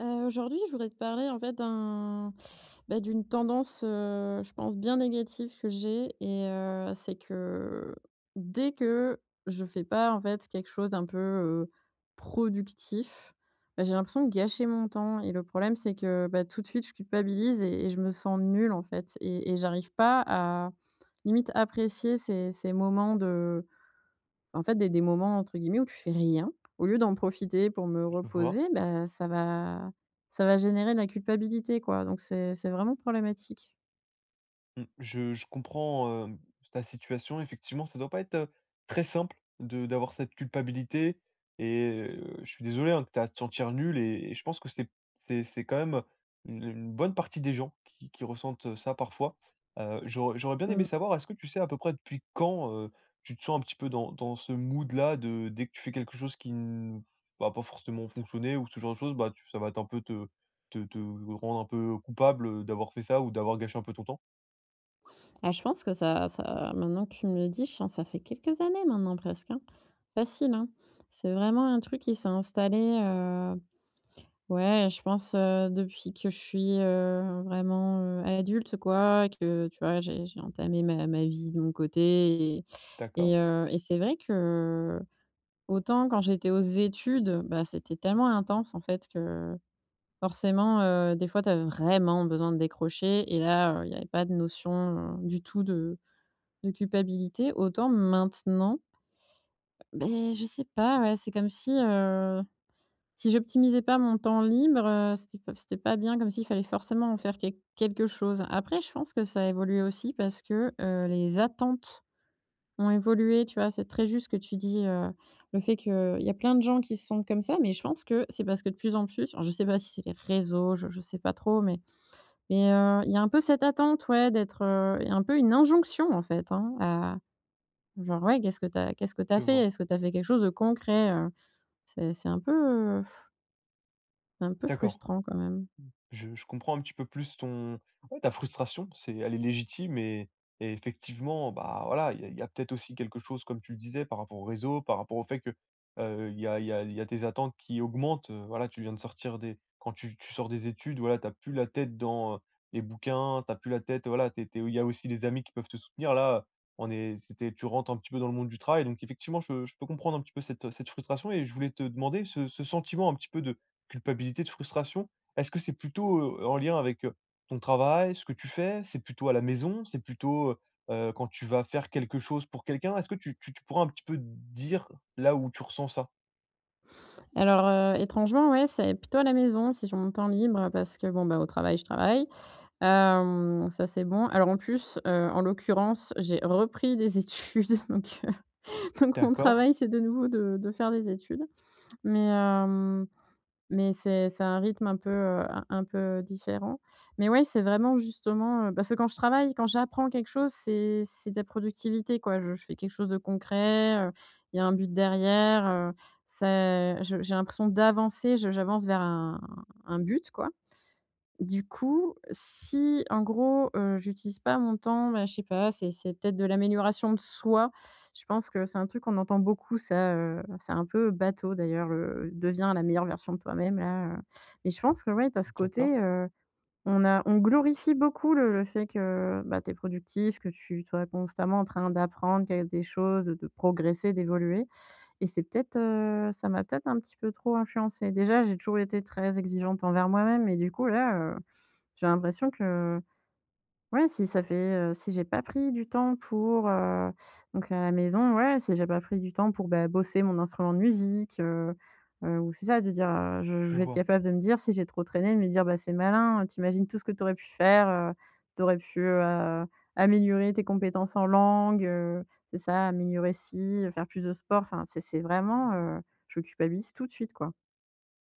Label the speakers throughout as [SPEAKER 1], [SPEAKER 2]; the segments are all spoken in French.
[SPEAKER 1] Aujourd'hui, je voudrais te parler en fait d'un bah, d'une tendance, je pense bien négative que j'ai et c'est que dès que je fais pas en fait quelque chose d'un peu, productif, bah, j'ai l'impression de gâcher mon temps, et le problème c'est que, bah, tout de suite je culpabilise et je me sens nulle en fait, et j'arrive pas à limite apprécier ces moments de en fait, des moments entre guillemets où tu fais rien, au lieu d'en profiter pour me
[SPEAKER 2] Je vois.
[SPEAKER 1] reposer. Bah, ça va générer de la culpabilité, quoi. Donc c'est vraiment problématique.
[SPEAKER 2] Mmh, je comprends, ta situation. Effectivement, ça doit pas être, très simple de d'avoir cette culpabilité et je suis désolé, hein, que tu aies à te sentir nul et je pense que c'est quand même une bonne partie des gens qui ressentent, ça parfois. J'aurais bien aimé
[SPEAKER 1] Mmh.
[SPEAKER 2] savoir, est-ce que tu sais à peu près depuis quand, tu te sens un petit peu dans ce mood-là de dès que tu fais quelque chose qui ne va pas forcément fonctionner ou ce genre de choses, bah, tu ça va être un peu te rendre un peu coupable, d'avoir fait ça ou d'avoir gâché un peu ton temps?
[SPEAKER 1] Ah, je pense que ça ça maintenant que tu me le dis, je sens que ça fait quelques années maintenant presque, hein. Facile, hein. C'est vraiment un truc qui s'est installé, ouais, je pense, depuis que je suis, vraiment, adulte, quoi. Que tu vois, j'ai entamé ma vie de mon côté, et
[SPEAKER 2] D'accord,
[SPEAKER 1] et c'est vrai que, autant quand j'étais aux études, bah, c'était tellement intense en fait que forcément, des fois, tu as vraiment besoin de décrocher, et là, il y avait pas de notion, du tout de culpabilité. Autant maintenant, ben je sais pas, ouais, c'est comme si, si j'optimisais pas mon temps libre, c'était pas bien, comme s'il fallait forcément en faire quelque chose. Après je pense que ça a évolué aussi parce que, les attentes ont évolué, tu vois? C'est très juste ce que tu dis, le fait qu'il y a plein de gens qui se sentent comme ça. Mais je pense que c'est parce que de plus en plus, alors je sais pas si c'est les réseaux, je sais pas trop, mais il y a un peu cette attente, ouais, d'être, il y a un peu une injonction, en fait, hein, à genre: «Ouais, qu'est-ce que t'as
[SPEAKER 2] je
[SPEAKER 1] fait?
[SPEAKER 2] vois.
[SPEAKER 1] Est-ce que t'as fait quelque chose de concret?» C'est heu, un peu
[SPEAKER 2] D'accord,
[SPEAKER 1] frustrant quand même.
[SPEAKER 2] je comprends un petit peu plus ton ouais, ta frustration, c'est elle est légitime et effectivement, bah, voilà, il y a peut-être aussi quelque chose, comme tu le disais, par rapport au réseau, par rapport au fait que, il y a il y a il y a tes attentes qui augmentent, voilà, tu viens de sortir des quand tu sors des études, voilà, t'as plus la tête dans, les bouquins, t'as plus la tête, voilà, tu es il y a aussi les amis qui peuvent te soutenir. Là, on est c'était tu rentres un petit peu dans le monde du travail, donc effectivement, je peux comprendre un petit peu cette, cette frustration et je voulais te demander ce ce sentiment un petit peu de culpabilité, de frustration est-ce que c'est plutôt, en lien avec, ton travail, ce que tu fais? C'est plutôt à la maison? C'est plutôt, quand tu vas faire quelque chose pour quelqu'un? Est-ce que tu pourrais un petit peu dire là où tu ressens ça?
[SPEAKER 1] Alors, étrangement, ouais, c'est plutôt à la maison si j'ai mon temps libre, parce que bon, bah, au travail, je travaille. Ça c'est bon. Alors en plus, en l'occurrence, j'ai repris des études, donc donc mon
[SPEAKER 2] D'accord,
[SPEAKER 1] travail, c'est de nouveau de faire des études. Mais hem, mais c'est un rythme un peu, un peu différent. Mais ouais, c'est vraiment justement, parce que quand je travaille, quand j'apprends quelque chose, c'est de la productivité, quoi. Je fais quelque chose de concret, il y a un but derrière, c'est je j'ai l'impression d'avancer, je j'avance vers un but, quoi. Du coup, si en gros, j'utilise pas mon temps, bah, je sais pas, c'est peut-être de l'amélioration de soi. Je pense que c'est un truc qu'on entend beaucoup, ça, c'est un peu bateau d'ailleurs, le «Deviens la meilleure version de toi-même» là, mais je pense que ouais, tu ce
[SPEAKER 2] d'accord,
[SPEAKER 1] côté, on glorifie beaucoup le fait que, bah, tu es productif, que tu sois constamment en train d'apprendre quelque des choses, de progresser, d'évoluer, et c'est peut-être, ça m'a peut-être un petit peu trop influencé. Déjà, j'ai toujours été très exigeante envers moi-même, et du coup là, j'ai l'impression que ouais, si ça fait, si j'ai pas pris du temps pour, donc à la maison, ouais, si j'ai pas pris du temps pour, bah, bosser mon instrument de musique, ou c'est ça de dire, je
[SPEAKER 2] je
[SPEAKER 1] vais être
[SPEAKER 2] vois.
[SPEAKER 1] capable de me dire si j'ai trop traîné, de me dire: «Bah, c'est malin, tu tout ce que t'aurais pu faire, tu pu, heu, améliorer tes compétences en langue, c'est ça, améliorer ci, faire plus de sport». Enfin, je culpabilise tout de suite, quoi.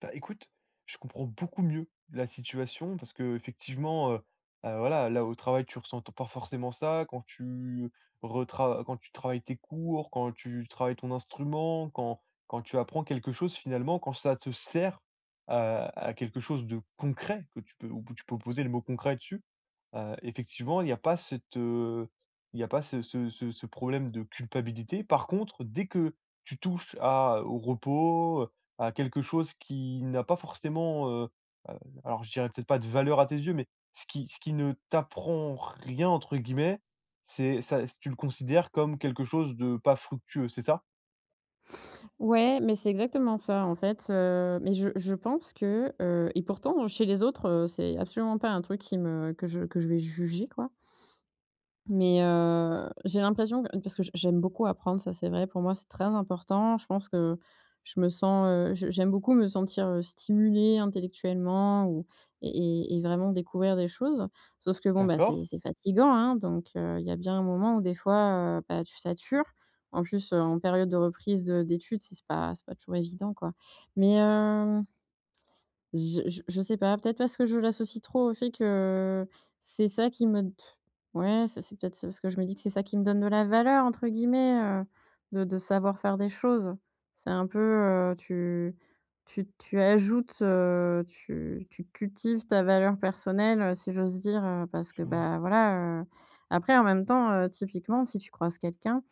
[SPEAKER 2] Bah, écoute, je comprends beaucoup mieux la situation parce que effectivement, voilà, là, au travail, tu ressens pas forcément ça. Quand tu retra quand tu travailles tes cours, quand tu travailles ton instrument, quand quand tu apprends quelque chose, finalement, quand ça te sert à quelque chose de concret que tu peux où tu peux poser le mot concret dessus, heu, effectivement, il n'y a pas cette, il n'y a pas ce problème de culpabilité. Par contre, dès que tu touches à au repos, à quelque chose qui n'a pas forcément, heu, alors je dirais peut-être pas de valeur à tes yeux, mais ce qui ne t'apprend «rien» entre guillemets, c'est ça tu le considères comme quelque chose de pas fructueux, c'est ça?
[SPEAKER 1] Ouais, mais c'est exactement ça en fait, mais je pense que, et pourtant chez les autres, c'est absolument pas un truc qui me que je vais juger, quoi. Mais j'ai l'impression que parce que j'aime beaucoup apprendre, ça c'est vrai. Pour moi, c'est très important. Je pense que je me sens, je j'aime beaucoup me sentir, stimulée intellectuellement, ou et et vraiment découvrir des choses. Sauf que bon, bah,
[SPEAKER 2] D'accord,
[SPEAKER 1] c'est fatigant, hein, donc il y a bien un moment où des fois, bah, tu satures. En plus, en période de reprise de d'études, c'est pas toujours évident, quoi. Mais je sais pas, peut-être parce que je l'associe trop au fait que c'est ça qui me ouais, c'est parce que je me dis que c'est ça qui me donne de la «valeur» entre guillemets, de savoir faire des choses. C'est un peu, tu cultives ta valeur personnelle, si j'ose dire, parce que,
[SPEAKER 2] je vois.
[SPEAKER 1] bah, voilà, après en même temps, typiquement, si tu croises quelqu'un,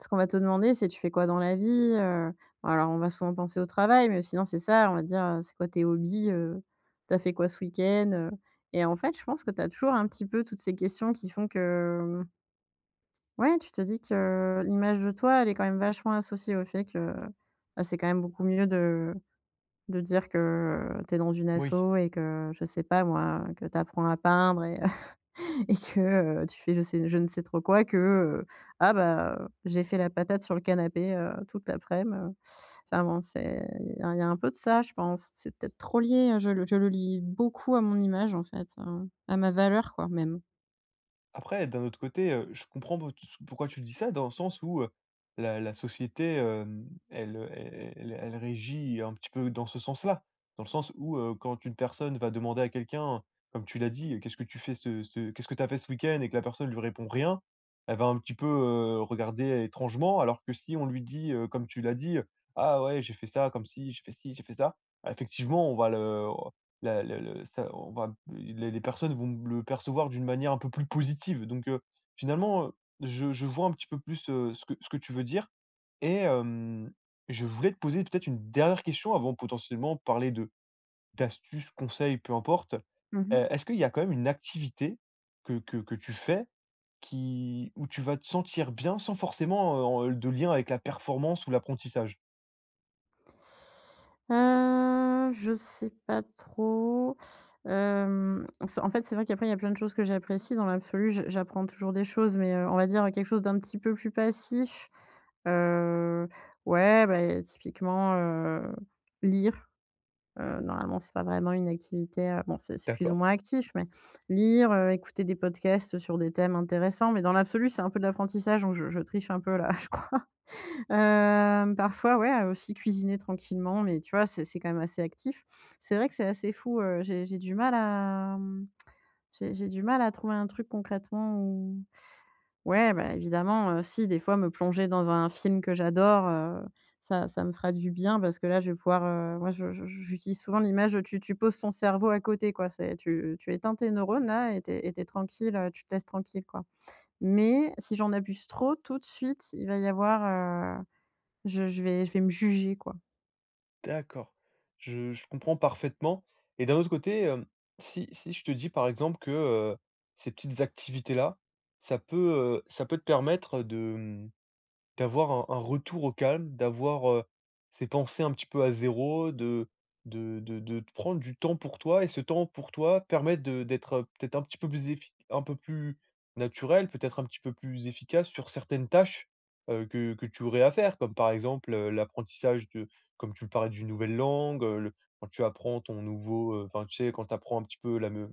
[SPEAKER 1] ce qu'on va te demander c'est: «Tu fais quoi dans la vie?» euh, alors, on va souvent penser au travail, mais sinon, c'est ça, on va dire: «C'est quoi tes hobbies? Tu fait quoi ce week-end?» Et en fait, je pense que t'as toujours un petit peu toutes ces questions qui font que, ouais, tu te dis que l'image de toi, elle est quand même vachement associée au fait que, bah, c'est quand même beaucoup mieux de dire que t'es dans une
[SPEAKER 2] Oui.
[SPEAKER 1] asso, et que, je sais pas moi, que t'apprends à peindre et et que, tu fais je ne sais trop quoi, que, heu, ah bah, j'ai fait la patate sur le canapé, toute laprès midi. Enfin bon, c'est il y a un peu de ça, je pense. C'est peut-être trop lié, je le lie beaucoup à mon image, en fait, à ma valeur, quoi, même.
[SPEAKER 2] Après, d'un autre côté, je comprends pour pourquoi tu dis ça, dans le sens où, la société, elle, elle régit un petit peu dans ce sens-là. Dans le sens où, quand une personne va demander à quelqu'un, comme tu l'as dit: «Qu'est-ce que tu fais ce ce qu'est-ce que tu as fait ce week-end?» et que la personne lui répond rien, elle va un petit peu, regarder étrangement. Alors que si on lui dit, comme tu l'as dit, «Ah ouais, j'ai fait ça comme si j'ai fait ci, j'ai fait ça», ah, effectivement, on va le la le ça on va les personnes vont le percevoir d'une manière un peu plus positive donc finalement, je vois un petit peu plus, ce que tu veux dire et je voulais te poser peut-être une dernière question avant potentiellement de parler de d'astuces, conseils, peu importe.
[SPEAKER 1] Mmh.
[SPEAKER 2] Est-ce qu'il y a quand même une activité que tu fais qui où tu vas te sentir bien sans forcément, en de lien avec la performance ou l'apprentissage?
[SPEAKER 1] Je sais pas trop. Hem, c'est en fait, c'est vrai qu'après, il y a plein de choses que j'apprécie dans l'absolu. J'apprends toujours des choses, mais, on va dire quelque chose d'un petit peu plus passif. Heu, ouais, bah, typiquement, lire, normalement, c'est pas vraiment une activité, bon, c'est plus ou
[SPEAKER 2] D'accord.
[SPEAKER 1] moins actif, mais lire, écouter des podcasts sur des thèmes intéressants, mais dans l'absolu, c'est un peu de l'apprentissage, donc je triche un peu là, je crois. Parfois, ouais, aussi cuisiner tranquillement, mais tu vois, c'est quand même assez actif. C'est vrai que c'est assez fou, j'ai du mal à trouver un truc concrètement où ouais, bah, évidemment, si des fois me plonger dans un film que j'adore, ça me fera du bien parce que là, je vais pouvoir, moi, je j'utilise souvent l'image, tu poses ton cerveau à côté, quoi. C'est Tu éteins tes neurones là, et t'es tranquille, tu te laisses tranquille, quoi. Mais si j'en abuse trop, tout de suite, il va y avoir, je vais me juger, quoi.
[SPEAKER 2] D'accord. Je comprends parfaitement et d'un autre côté, hem, si je te dis, par exemple, que, ces petites activités-là, ça peut, ça peut te permettre de, d'avoir un retour au calme, d'avoir, ces pensées un petit peu à zéro, de de te prendre du temps pour toi et ce temps pour toi permet de d'être, peut-être un petit peu plus effi un peu plus naturel, peut-être un petit peu plus efficace sur certaines tâches, que tu aurais à faire. Comme par exemple, l'apprentissage de comme tu le parlais d'une nouvelle langue, le quand tu apprends ton nouveau, enfin, tu sais, quand tu apprends un petit peu la me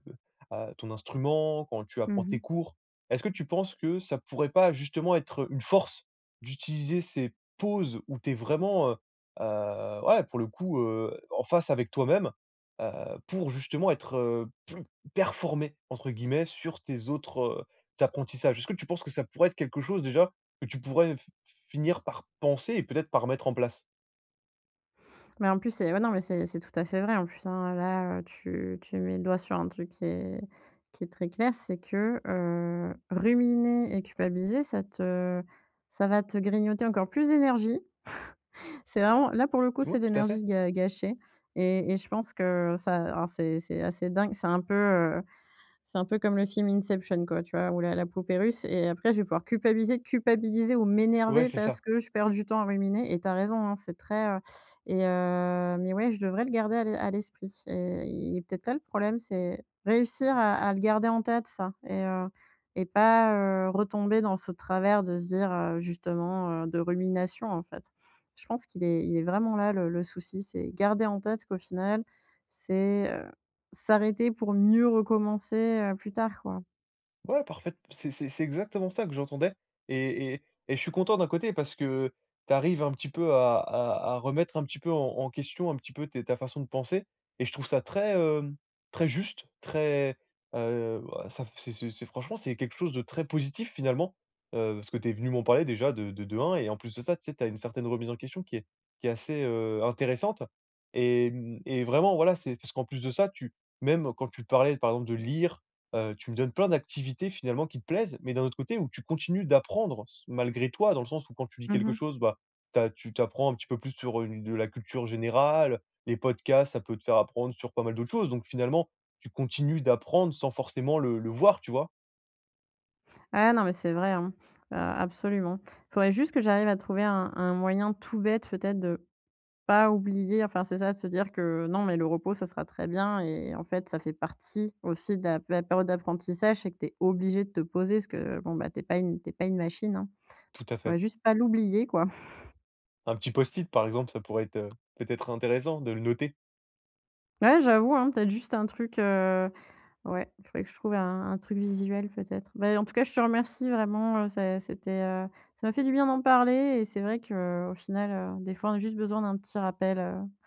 [SPEAKER 2] à ton instrument, quand tu apprends tes
[SPEAKER 1] Mmh.
[SPEAKER 2] cours. Est-ce que tu penses que ça pourrait pas justement être une force? D'utiliser ces pauses où tu es vraiment, ouais, pour le coup, en face avec toi-même, heu, pour justement être, plus performé entre guillemets sur tes autres, apprentissages. Est-ce que tu penses que ça pourrait être quelque chose déjà que tu pourrais f finir par penser et peut-être par mettre en place?
[SPEAKER 1] Mais en plus, c'est ouais, non, mais c'est tout à fait vrai en plus, hein, là, tu mets le doigt sur un truc qui est très clair, c'est que, ruminer et culpabiliser, ça va te grignoter encore plus d'énergie. C'est vraiment là, pour le coup,
[SPEAKER 2] Ouais,
[SPEAKER 1] c'est de
[SPEAKER 2] tout à fait.
[SPEAKER 1] l'énergie ga gâchée, et je pense que ça alors c'est assez dingue, c'est un peu, c'est un peu comme le film Inception, quoi, tu vois? Où la poupée russe, et après je vais pouvoir culpabiliser, culpabiliser ou
[SPEAKER 2] Ouais,
[SPEAKER 1] m'énerver
[SPEAKER 2] c'est
[SPEAKER 1] parce
[SPEAKER 2] ça.
[SPEAKER 1] que je perds du temps à ruminer. Et t'as raison, hein, c'est très, mais ouais, je devrais le garder à l'esprit, et il est peut-être là le problème, c'est réussir à le garder en tête, ça, et pas, retomber dans ce travers de se dire, justement, de rumination, en fait. Je pense qu'il est vraiment là le souci, c'est garder en tête qu'au final, c'est, euh, s'arrêter pour mieux recommencer, plus tard, quoi.
[SPEAKER 2] Ouais, parfait. C'est exactement ça que j'entendais et et et je suis content d'un côté parce que tu arrives un petit peu à remettre un petit peu en question un petit peu tes ta façon de penser et je trouve ça très, très juste, très, bah, ça c'est franchement, c'est quelque chose de très positif finalement, parce que tu es venu m'en parler déjà de un et en plus de ça, tu sais, tu as une certaine remise en question qui est assez, intéressante et et vraiment, voilà, c'est parce qu'en plus de ça, tu même quand tu parlais par exemple de lire. Tu me donnes plein d'activités finalement qui te plaisent, mais d'un autre côté où tu continues d'apprendre s malgré toi, dans le sens où quand tu lis quelque
[SPEAKER 1] Mmh.
[SPEAKER 2] chose, bah, t'as tu t'apprends un petit peu plus sur une de la culture générale, les podcasts, ça peut te faire apprendre sur pas mal d'autres choses. Donc finalement, tu continues d'apprendre sans forcément le voir, tu vois?
[SPEAKER 1] Ah non, mais c'est vrai, hein, absolument. Il faudrait juste que j'arrive à trouver un moyen tout bête, peut-être, de pas oublier, enfin, c'est ça, de se dire que: «Non, mais le repos, ça sera très bien». Et en fait, ça fait partie aussi de la période d'apprentissage, c'est que tu es obligé de te poser parce que, bon, bah, t'es pas une machine, hein.
[SPEAKER 2] Tout à fait.
[SPEAKER 1] Faudrait juste pas l'oublier, quoi.
[SPEAKER 2] Un petit post-it par exemple, ça pourrait être, peut-être intéressant de le noter.
[SPEAKER 1] Ouais, j'avoue, hein, peut-être juste un truc, ouais, il faudrait que je trouve un truc visuel, peut-être. Bah, en tout cas, je te remercie vraiment, ça m'a fait du bien d'en parler. Et c'est vrai que, au final, des fois, on a juste besoin d'un petit rappel,